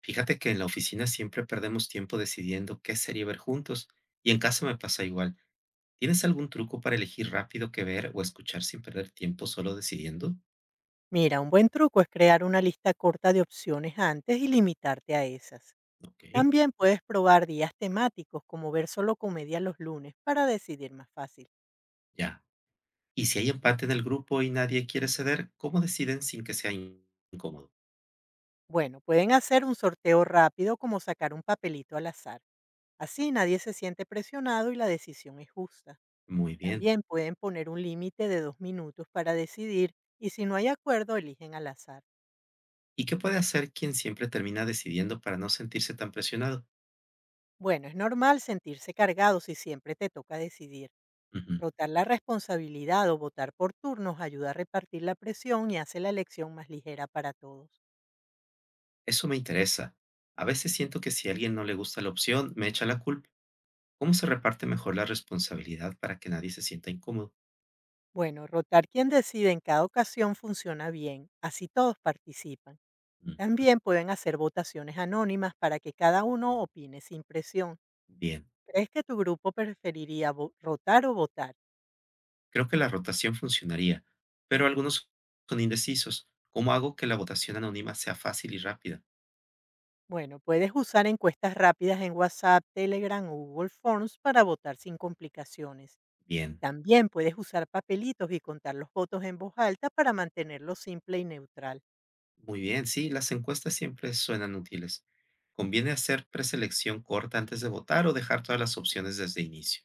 Fíjate que en la oficina siempre perdemos tiempo decidiendo qué serie ver juntos, y en casa me pasa igual. ¿Tienes algún truco para elegir rápido qué ver o escuchar sin perder tiempo solo decidiendo? Mira, un buen truco es crear una lista corta de opciones antes y limitarte a esas. Ok, También puedes probar días temáticos como ver solo comedia los lunes para decidir más fácil. ya. Y si hay empate en el grupo y nadie quiere ceder, ¿cómo deciden sin que sea incómodo? Bueno, pueden hacer un sorteo rápido como sacar un papelito al azar. Así nadie se siente presionado y la decisión es justa. Muy bien. También pueden poner un límite de 2 minutos para decidir y si no hay acuerdo eligen al azar. ¿Y qué puede hacer quien siempre termina decidiendo para no sentirse tan presionado? Bueno, es normal sentirse cargado si siempre te toca decidir. Ujú. Rotar la responsabilidad o votar por turnos ayuda a repartir la presión y hace la elección más ligera para todos. Eso me interesa. A veces siento que si a alguien no le gusta la opción, me echa la culpa. ¿Cómo se reparte mejor la responsabilidad para que nadie se sienta incómodo? Bueno, rotar quien decide en cada ocasión funciona bien, así todos participan. También pueden hacer votaciones anónimas para que cada uno opine sin presión. Bien, ¿Crees que tu grupo preferiría rotar o votar? creo que la rotación funcionaría, pero algunos son indecisos. ¿Cómo hago que la votación anónima sea fácil y rápida? Bueno, puedes usar encuestas rápidas en WhatsApp, Telegram o Google Forms para votar sin complicaciones. Bien, También puedes usar papelitos y contar los votos en voz alta para mantenerlo simple y neutral. muy bien, sí, las encuestas siempre suenan útiles. ¿Conviene hacer preselección corta antes de votar o dejar todas las opciones desde inicio?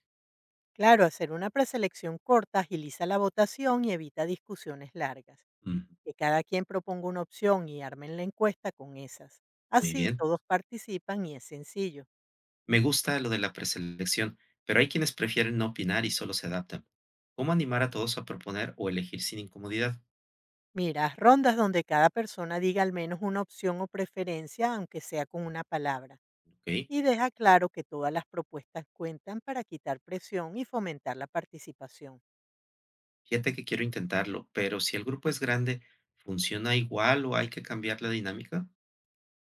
Claro, hacer una preselección corta agiliza la votación y evita discusiones largas. Mm, Que cada quien proponga una opción y armen la encuesta con esas. muy Así bien, todos participan y es sencillo. me gusta lo de la preselección, pero hay quienes prefieren no opinar y solo se adaptan. ¿Cómo animar a todos a proponer o elegir sin incomodidad? Mira, haz rondas donde cada persona diga al menos una opción o preferencia, aunque sea con una palabra. Ok. Y deja claro que todas las propuestas cuentan para quitar presión y fomentar la participación. Fíjate que quiero intentarlo, pero si el grupo es grande, ¿funciona igual o hay que cambiar la dinámica?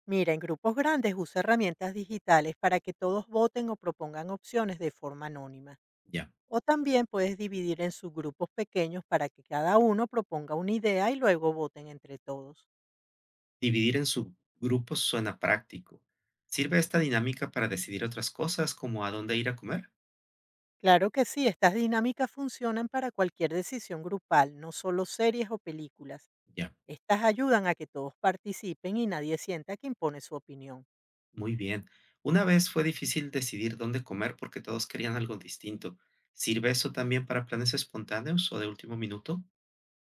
Mira, en grupos grandes usa herramientas digitales para que todos voten o propongan opciones de forma anónima. Ya. O también puedes dividir en subgrupos pequeños para que cada uno proponga una idea y luego voten entre todos. Dividir en subgrupos suena práctico. ¿Sirve esta dinámica para decidir otras cosas como a dónde ir a comer? Claro que sí, estas dinámicas funcionan para cualquier decisión grupal, no solo series o películas. Ya. Estas ayudan a que todos participen y nadie sienta que impone su opinión. Muy bien. Una vez fue difícil decidir dónde comer porque todos querían algo distinto. ¿Sirve eso también para planes espontáneos o de último minuto?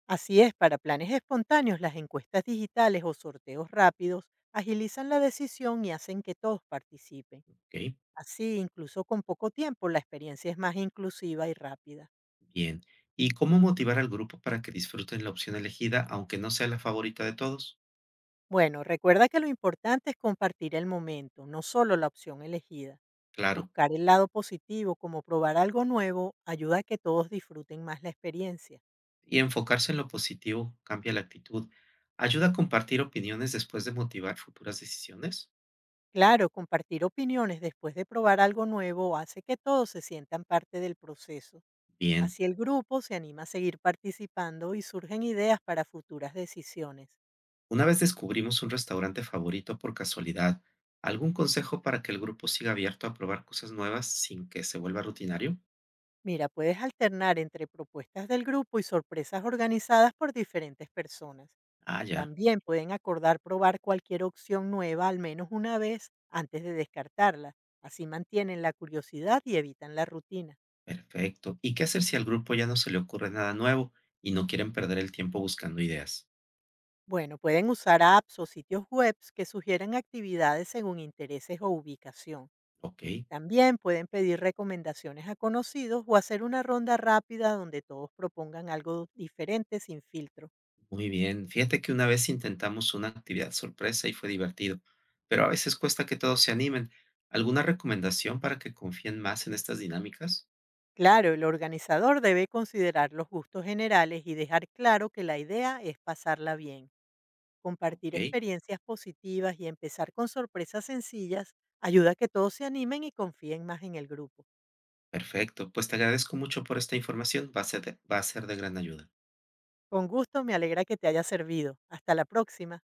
Así es, para planes espontáneos, las encuestas digitales o sorteos rápidos agilizan la decisión y hacen que todos participen. Ok. Así, incluso con poco tiempo, la experiencia es más inclusiva y rápida. Bien. ¿Y cómo motivar al grupo para que disfruten la opción elegida aunque no sea la favorita de todos? Bueno, recuerda que lo importante es compartir el momento, no solo la opción elegida. Claro. Buscar el lado positivo, como probar algo nuevo, ayuda a que todos disfruten más la experiencia. Y enfocarse en lo positivo cambia la actitud. Ayuda a compartir opiniones después de motivar futuras decisiones. Claro, compartir opiniones después de probar algo nuevo hace que todos se sientan parte del proceso. Bien, Así el grupo se anima a seguir participando y surgen ideas para futuras decisiones. una vez descubrimos un restaurante favorito por casualidad, ¿algún consejo para que el grupo siga abierto a probar cosas nuevas sin que se vuelva rutinario? Mira, puedes alternar entre propuestas del grupo y sorpresas organizadas por diferentes personas. Ah, ya, También pueden acordar probar cualquier opción nueva al menos una vez antes de descartarla. Así mantienen la curiosidad y evitan la rutina. perfecto. ¿Y qué hacer si al grupo ya no se le ocurre nada nuevo y no quieren perder el tiempo buscando ideas? Bueno, pueden usar apps o sitios web que sugieran actividades según intereses o ubicación. Ok. También pueden pedir recomendaciones a conocidos o hacer una ronda rápida donde todos propongan algo diferente sin filtro. Muy bien, fíjate que una vez intentamos una actividad sorpresa y fue divertido, pero a veces cuesta que todos se animen. ¿Alguna recomendación para que confíen más en estas dinámicas? Claro, el organizador debe considerar los gustos generales y dejar claro que la idea es pasarla bien. Ok, Compartir experiencias positivas y empezar con sorpresas sencillas ayuda a que todos se animen y confíen más en el grupo. perfecto. Pues te agradezco mucho por esta información, va a ser de gran ayuda. Con gusto, me alegra que te haya servido. Hasta la próxima.